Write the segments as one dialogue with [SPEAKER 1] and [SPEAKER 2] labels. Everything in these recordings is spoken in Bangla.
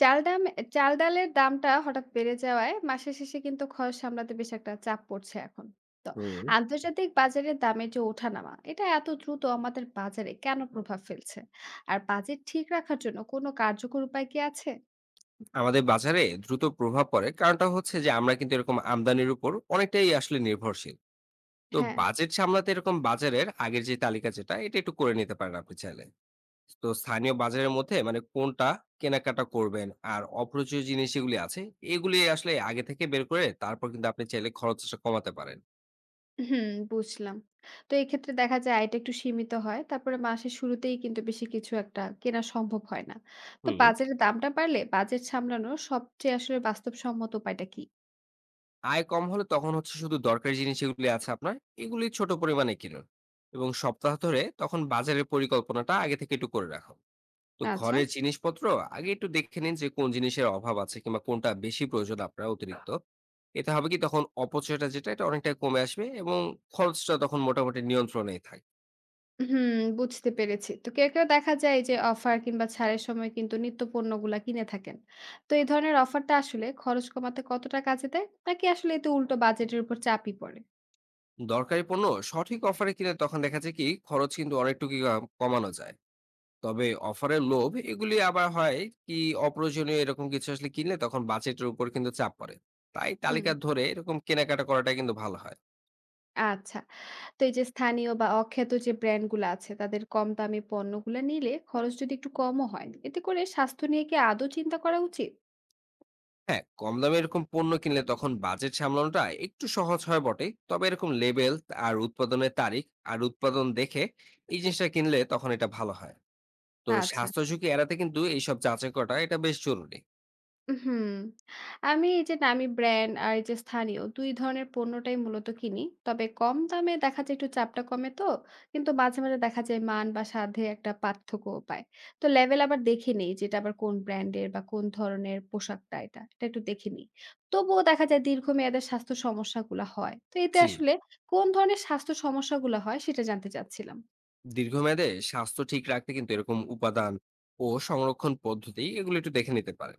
[SPEAKER 1] চাল ডাম চাল-ডালের দামটা হঠাৎ বেড়ে যাওয়ায় মাসের শেষে কিন্তু খরচ সামলাতে বেশ একটা চাপ পড়ছে এখন। তো
[SPEAKER 2] হুম।
[SPEAKER 1] আন্তর্জাতিক বাজারের দামের যে ওঠানামা, এটা এত দ্রুত আমাদের বাজারে কেন প্রভাব ফেলছে? আর বাজেট ঠিক রাখার জন্য কোনো কার্যকর উপায় কি আছে?
[SPEAKER 2] আমাদের বাজারে দ্রুত প্রভাব পড়ে কারণটা হচ্ছে যে আমরা কিন্তু এরকম আমদানির উপর অনেকটাই আসলে নির্ভরশীল। তো
[SPEAKER 1] হ্যাঁ,
[SPEAKER 2] বাজেট সামলাতে এরকম বাজারের আগের যে তালিকা যেটা এটা একটু করে নিতে পারেন আপনি চাইলে। তো স্থানীয় বাজারের মধ্যে মানে কোনটা কেনাকাটা করবেন, আর অপ্রয়োজনীয় জিনিস যেগুলি আছে এগুলি আসলে আগে থেকে বের করে তারপর কিন্তু আপনি চাইলে খরচটা কমাতে পারেন।
[SPEAKER 1] হুম, বুঝলাম। তো এক্ষেত্রে দেখা যায় আয়টা একটু সীমিত হয়। তারপরে মাসের শুরুতেই কিন্তু বেশি কিছু একটা কেনা সম্ভব হয় না। তো
[SPEAKER 2] হুম।
[SPEAKER 1] বাজারের দামটা বাড়লে বাজেট সামলানোর সবচেয়ে আসলে বাস্তবসম্মত উপায়টা কি?
[SPEAKER 2] আয় কম হলে তখন হচ্ছে শুধু দরকারি জিনিস যেগুলি আছে আপনার, এগুলি ছোট পরিমাণে কিনুন এবং সপ্তাহ ধরে তখন বাজারের পরিকল্পনাটা আগে থেকে একটু করে রাখুন। তো
[SPEAKER 1] আচ্ছা।
[SPEAKER 2] ঘরের জিনিসপত্র আগে একটু দেখে নিন যে কোন জিনিসের অভাব আছে কিংবা কোনটা বেশি প্রয়োজন আপনার অতিরিক্ত। এতে হবে কি তখন অপচয়টা যেটা এটা অনেকটা কমে আসবে এবং খরচটা তখন মোটামুটি নিয়ন্ত্রণেই থাকে।
[SPEAKER 1] হুম, বুঝতে পেরেছি। তো কেউ কেউ দেখা যায় যে অফার কিংবা ছাড়ের সময় কিন্তু নিত্য পণ্যগুলা কিনে থাকেন। তো এই ধরনের অফারটা আসলে খরচ কমাতে কতটা কাজে দেয়? নাকি আসলে এতে উল্টো বাজেটের উপর চাপই পড়ে?
[SPEAKER 2] দরকারি পণ্য সঠিক অফারে কিনে তখন দেখা যায় কি খরচ কিন্তু অনেকটুকু কমানো যায়। তবে অফারের লোভ এগুলি আবার হয় কি অপ্রয়োজনীয় এরকম কিছু আসলে কিনলে তখন বাজেটের উপর কিন্তু চাপ পড়ে। তাই
[SPEAKER 1] হুম।
[SPEAKER 2] তালিকা ধরে এরকম কেনাকাটা করাটা কিন্তু ভালো হয়।
[SPEAKER 1] আচ্ছা। তো এই যে স্থানীয় বা অখ্যাত যে ব্র্যান্ডগুলা আছে তাদের কম দামি পণ্যগুলা নিলে খরচ যদি একটু কমও হয়, এতে করে স্বাস্থ্য নিয়ে কি আদৌ চিন্তা করা উচিত?
[SPEAKER 2] হ্যাঁ, কম দামে এরকম পণ্য কিনলে তখন বাজেট সামলানোটা একটু সহজ হয় বটে, তবে এরকম লেবেল আর উৎপাদনের তারিখ আর উৎপাদন দেখে এই জিনিসটা কিনলে তখন এটা ভালো হয়। তো
[SPEAKER 1] আচ্ছা।
[SPEAKER 2] স্বাস্থ্য ঝুঁকি এড়াতে কিন্তু এইসব যাচাই করাটা এটা বেশ জরুরি।
[SPEAKER 1] হুম, আমি এই যে নামি ব্র্যান্ড আর এই যে স্থানীয় ২ ধরনের পণ্যটাই মূলত কিনি। তবে কম দামে দেখা যায় একটু চাপটা কমে তো। কিন্তু মাঝে মাঝে দেখা যায় মান বা স্বাদে একটা পার্থক্যও পায়। তো লেভেল আবার দেখে নেই যে এটা আবার কোন ব্র্যান্ডের বা কোন ধরনের পোশাকটা এটা একটু দেখে নিই। তবুও দেখা যায় দীর্ঘমেয়াদে স্বাস্থ্য সমস্যাগুলা হয়। তো এতে
[SPEAKER 2] জি।
[SPEAKER 1] আসলে কোন ধরনের স্বাস্থ্য সমস্যাগুলা হয় সেটা জানতে চাচ্ছিলাম।
[SPEAKER 2] দীর্ঘমেয়াদে স্বাস্থ্য ঠিক রাখতে কিন্তু এরকম উপাদান ও সংরক্ষণ পদ্ধতি এগুলো একটু দেখে নিতে পারেন।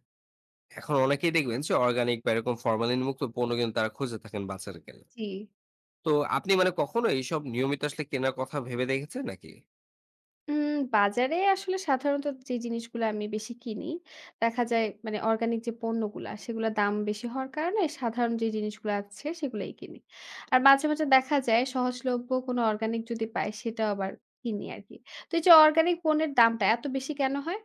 [SPEAKER 2] এখন অনেকেই দেখবেন যে অর্গানিক বা এরকম ফরমালিন মুক্ত পণ্য কিন্তু তারা খুঁজে থাকেন বাজারে গেলে।
[SPEAKER 1] জি।
[SPEAKER 2] তো আপনি মানে কখনো এইসব নিয়মিত আসলে কেনার কথা ভেবে দেখেছেন নাকি?
[SPEAKER 1] উম বাজারে আসলে সাধারণত যে জিনিসগুলো আমি বেশি কিনি, দেখা যায় মানে অর্গানিক যে পণ্যগুলা, সেগুলা দাম বেশি হওয়ার কারণে সাধারণ যে জিনিসগুলো আছে সেগুলাই কিনি। আর মাঝে মাঝে দেখা যায় সহজলভ্য কোনো অর্গানিক যদি পাই সেটাও আবার কিনি আরকি। তো এই যে অর্গানিক পণ্যের দামটা এত বেশি কেন হয়?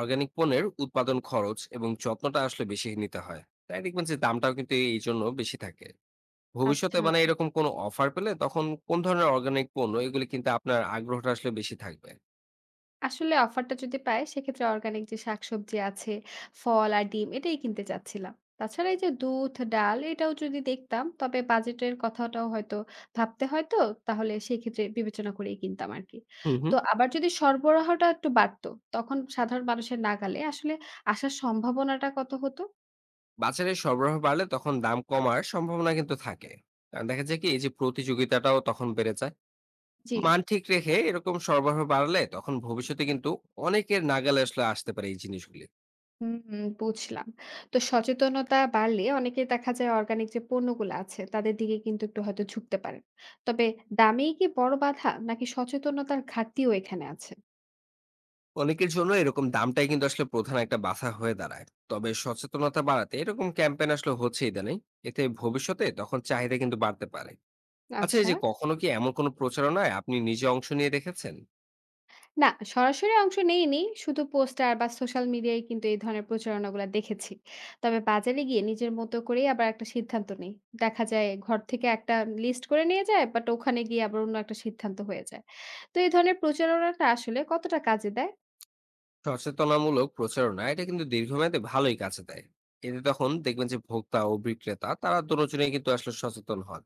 [SPEAKER 2] অর্গানিক পণ্যের উৎপাদন খরচ এবং যত্নটা আসলে বেশি নিতে হয়, তাই দেখবেন যে দামটাও কিন্তু এই জন্য বেশি থাকে। ভবিষ্যতে
[SPEAKER 1] আচ্ছা।
[SPEAKER 2] মানে এরকম কোনো অফার পেলে তখন কোন ধরনের অর্গানিক পণ্য এগুলি কিন্তু আপনার আগ্রহটা আসলে বেশি থাকবে।
[SPEAKER 1] আসলে অফারটা যদি পাই সেক্ষেত্রে অর্গানিক যে শাকসবজি আছে, ফল আর ডিম এটাই কিনতে চাচ্ছিলাম। তাছাড়া এই যে দুধ, ডাল এটাও যদি দেখতাম তবে বাজেটের কথাটাও হয়তো ভাবতে হয় তো তাহলে সেক্ষেত্রে বিবেচনা করেই কিনতাম আরকি।
[SPEAKER 2] হুম, হুম।
[SPEAKER 1] তো আবার যদি সরবরাহটা একটু বাড়তো তখন সাধারণ মানুষের নাগালে আসলে আসার সম্ভাবনাটা কত হতো?
[SPEAKER 2] বাজারে সরবরাহ বাড়লে তখন দাম কমার সম্ভাবনা কিন্তু থাকে, কারণ দেখা যায় কি এই যে প্রতিযোগিতাটাও তখন বেড়ে যায়।
[SPEAKER 1] জি।
[SPEAKER 2] মান ঠিক রেখে এরকম সরবরাহ বাড়লে তখন ভবিষ্যতে কিন্তু অনেকের নাগালে আসলে আসতে পারে এই জিনিসগুলি।
[SPEAKER 1] হুম, বুঝলাম। তো সচেতনতা বাড়লে অনেকেই দেখা যায় অর্গানিক যে পণ্যগুলো আছে তাদের দিকে কিন্তু একটু হয়তো ঝুঁকতে পারেন। তবে দামেই কি বড় বাধা নাকি সচেতনতার ঘাটতিও এখানে আছে?
[SPEAKER 2] অনেকের জন্য এরকম দামটাই কিন্তু আসলে প্রধান একটা বাধা হয়ে দাঁড়ায়, তবে সচেতনতা বাড়াতে এরকম ক্যাম্পেইন আসলে হচ্ছে ইদানিং। এতে ভবিষ্যতে তখন চাহিদা কিন্তু বাড়তে পারে। আচ্ছা, এই
[SPEAKER 1] আচ্ছা।
[SPEAKER 2] যে কখনো কি এমন কোনো প্রচারণায় আপনি নিজে অংশ নিয়ে দেখেছেন?
[SPEAKER 1] না, সরাসরি অংশ নেইনি। শুধু পোস্টার বা সোশ্যাল মিডিয়ায় কিন্তু এই ধরনের প্রচারণাগুলা দেখেছি। তবে বাজারে গিয়ে নিজের মতো করেই আবার একটা সিদ্ধান্ত নেই। দেখা যায় ঘর থেকে একটা লিস্ট করে নিয়ে যায় বাট ওখানে গিয়ে আবার অন্য একটা সিদ্ধান্ত হয়ে যায়। তো এই ধরনের প্রচারণাটা আসলে কতটা কাজে দেয়?
[SPEAKER 2] সচেতনামূলক প্রচারণা এটা কিন্তু দীর্ঘমেয়াদে ভালোই কাছে দেয়। এতে তখন দেখবেন যে ভোক্তা ও বিক্রেতা তারা দুজনেই কিন্তু আসলে সচেতন হন,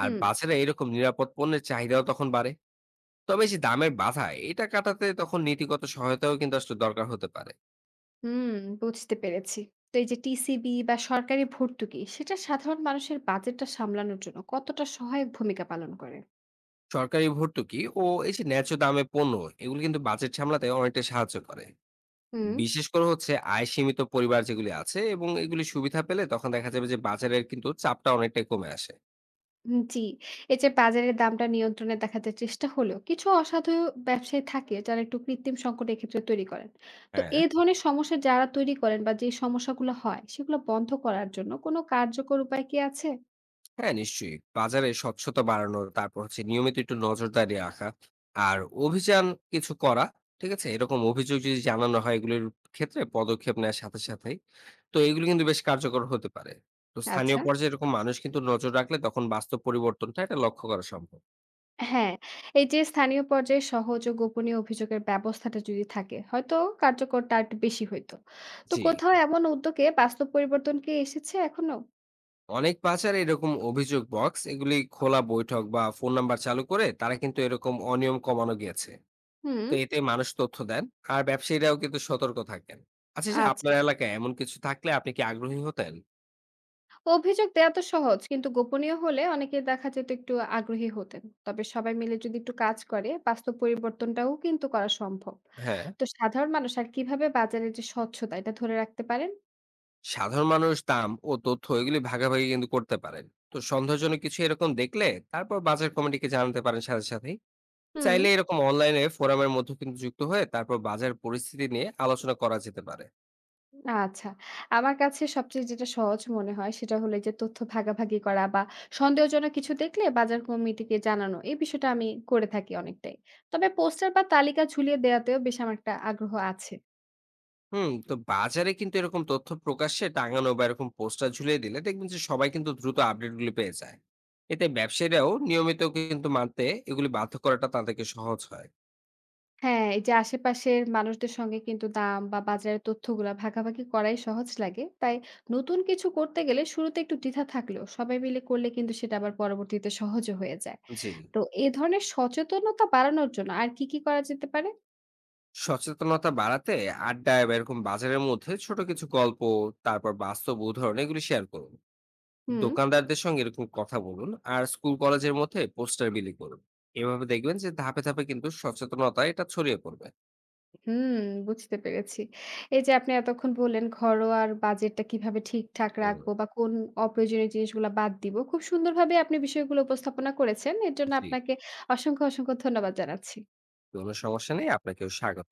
[SPEAKER 2] আর
[SPEAKER 1] হুম।
[SPEAKER 2] বাজারে এরকম নিরাপদ পণ্যের চাহিদাও তখন বাড়ে। তবে এই যে দামের বাধা এটা কাটাতে তখন নীতিগত সহায়তাও কিন্তু আসলে দরকার হতে পারে।
[SPEAKER 1] হুম, বুঝতে পেরেছি। তো এই যে টিসিবি বা সরকারি ভর্তুকি, সেটা সাধারণ মানুষের বাজেটটা সামলানোর জন্য কতটা সহায়ক ভূমিকা পালন করে?
[SPEAKER 2] সরকারি ভর্তুকি ও এই যে ন্যায্য দামে পণ্য এগুলো কিন্তু বাজেট সামলাতে অনেকটা সাহায্য করে।
[SPEAKER 1] হুম
[SPEAKER 2] বিশেষ করে হচ্ছে আয় সীমিত পরিবার যেগুলি আছে এবং এগুলি সুবিধা পেলে তখন দেখা যাবে যে বাজারের কিন্তু চাপটা অনেকটাই কমে আসে।
[SPEAKER 1] হুম, জি। এই যে বাজারের দামটা নিয়ন্ত্রণে দেখাতে চেষ্টা হলেও কিছু অসাধু ব্যবসায়ী থাকে যারা একটু কৃত্রিম সংকট এক্ষেত্রে তৈরি করেন। তো
[SPEAKER 2] হ্যাঁ,
[SPEAKER 1] এই ধরনের সমস্যা যারা তৈরি করেন বা যে সমস্যাগুলো হয়, সেগুলো বন্ধ করার জন্য কোনো কার্যকর উপায় কি আছে?
[SPEAKER 2] হ্যাঁ, নিশ্চয়ই বাজারে স্বচ্ছতা বাড়ানো, তারপর হচ্ছে নিয়মিত একটু নজরদারি রাখা, আর অভিযান কিছু করা। ঠিক আছে, এরকম অভিযোগ যদি জানানো হয় এগুলির ক্ষেত্রে পদক্ষেপ নেওয়ার সাথে সাথেই, তো এগুলো কিন্তু বেশ কার্যকর হতে পারে। তো স্থানীয়
[SPEAKER 1] আচ্ছা।
[SPEAKER 2] পর্যায়ে এরকম মানুষ কিন্তু নজর রাখলে তখন বাস্তব পরিবর্তনটা এটা লক্ষ্য করা সম্ভব।
[SPEAKER 1] হ্যাঁ, এই যে স্থানীয় পর্যায়ে সহজ ও গোপনীয় অভিযোগের ব্যবস্থাটা যদি থাকে, হয়তো কার্যকরটা আরেকটু বেশি হইতো। তো
[SPEAKER 2] জি।
[SPEAKER 1] কোথাও এমন উদ্যোগে বাস্তব পরিবর্তন কি এসেছে এখনো?
[SPEAKER 2] অনেক পাচার এরকম অভিযোগ বক্স এগুলি খোলা বৈঠক বা ফোন নাম্বার চালু করে তারা কিন্তু এরকম অনিয়ম কমানো গিয়েছে।
[SPEAKER 1] হুম,
[SPEAKER 2] তো এতে মানুষ তথ্য দেন, আর ব্যবসায়ীরাও কিন্তু সতর্ক থাকেন। আচ্ছা, যে
[SPEAKER 1] আচ্ছা।
[SPEAKER 2] আপনার এলাকায় এমন কিছু থাকলে আপনি কি আগ্রহী হতেন?
[SPEAKER 1] অভিযোগ দেয়া তো সহজ, কিন্তু গোপনীয় হলে অনেকে দেখা যেত একটু আগ্রহী হতেন। তবে সবাই মিলে যদি একটু কাজ করে, বাস্তব পরিবর্তনটাও কিন্তু করা সম্ভব।
[SPEAKER 2] হ্যাঁ।
[SPEAKER 1] তো সাধারণ মানুষ আর কিভাবে বাজারের যে স্বচ্ছতা, এটা ধরে রাখতে পারেন?
[SPEAKER 2] সাধারণ মানুষ দাম ও তথ্য এগুলি ভাগাভাগি কিন্তু করতে পারেন। তো সন্দেহজনক কিছু এরকম দেখলে তারপর বাজার কমিটিকে জানাতে পারেন সাথে সাথেই।
[SPEAKER 1] হুম।
[SPEAKER 2] চাইলে এরকম অনলাইনে ফোরামের মধ্যে কিন্তু যুক্ত হয়ে তারপর বাজার পরিস্থিতি নিয়ে আলোচনা করা যেতে পারে।
[SPEAKER 1] আচ্ছা। আমার কাছে সবচেয়ে যেটা সহজ মনে হয় সেটা হলো এই যে তথ্য ভাগাভাগি করা বা সন্দেহজনক কিছু দেখলে বাজার কমিটিকে জানানো এই বিষয়টা আমি করে থাকি অনেকটাই। তবে পোস্টার বা তালিকা ঝুলিয়ে দেওয়াতেও বেশ আমার একটা আগ্রহ আছে।
[SPEAKER 2] হুম। তো বাজারে কিন্তু এরকম তথ্য প্রকাশ্যে টাঙানো বা এরকম পোস্টার ঝুলিয়ে দিলে দেখবেন যে সবাই কিন্তু দ্রুত আপডেট গুলি পেয়ে যায়। এতে ব্যবসায়ীরাও নিয়মিত কিন্তু মানতে এগুলি বাধ্য করাটা তাদেরকে সহজ হয়।
[SPEAKER 1] হ্যাঁ, এই যে আশেপাশের মানুষদের সঙ্গে কিন্তু দাম বা বাজারের তথ্যগুলা ভাগাভাগি করাই সহজ লাগে। তাই নতুন কিছু করতে গেলে শুরুতে একটু দ্বিধা থাকলেও সবাই মিলে করলে কিন্তু সেটা আবার পরবর্তীতে সহজও হয়ে যায়।
[SPEAKER 2] জি।
[SPEAKER 1] তো এ ধরনের সচেতনতা বাড়ানোর জন্য আর কি কি করা যেতে পারে?
[SPEAKER 2] সচেতনতা বাড়াতে আড্ডায় বা এরকম বাজারের মধ্যে ছোট কিছু গল্প, তারপর বাস্তব উদাহরণ এগুলি শেয়ার করুন।
[SPEAKER 1] হুম।
[SPEAKER 2] দোকানদারদের সঙ্গে এরকম কথা বলুন আর স্কুল কলেজের মধ্যে পোস্টার বিলি করুন। এভাবে দেখবেন যে ধাপে ধাপে কিন্তু সচেতনতা এটা ছড়িয়ে পড়বে।
[SPEAKER 1] হুম, বুঝতে পেরেছি। এই যে আপনি এতক্ষণ বললেন ঘরোয়ার বাজেটটা কিভাবে ঠিকঠাক
[SPEAKER 2] তো
[SPEAKER 1] রাখবো বা কোন অপ্রয়োজনীয় জিনিসগুলা বাদ দিব। খুব সুন্দরভাবে আপনি বিষয়গুলো উপস্থাপনা করেছেন। এর জন্য
[SPEAKER 2] জি,
[SPEAKER 1] আপনাকে অসংখ্য অসংখ্য ধন্যবাদ জানাচ্ছি।
[SPEAKER 2] কোনো সমস্যা নেই, আপনাকেও স্বাগত।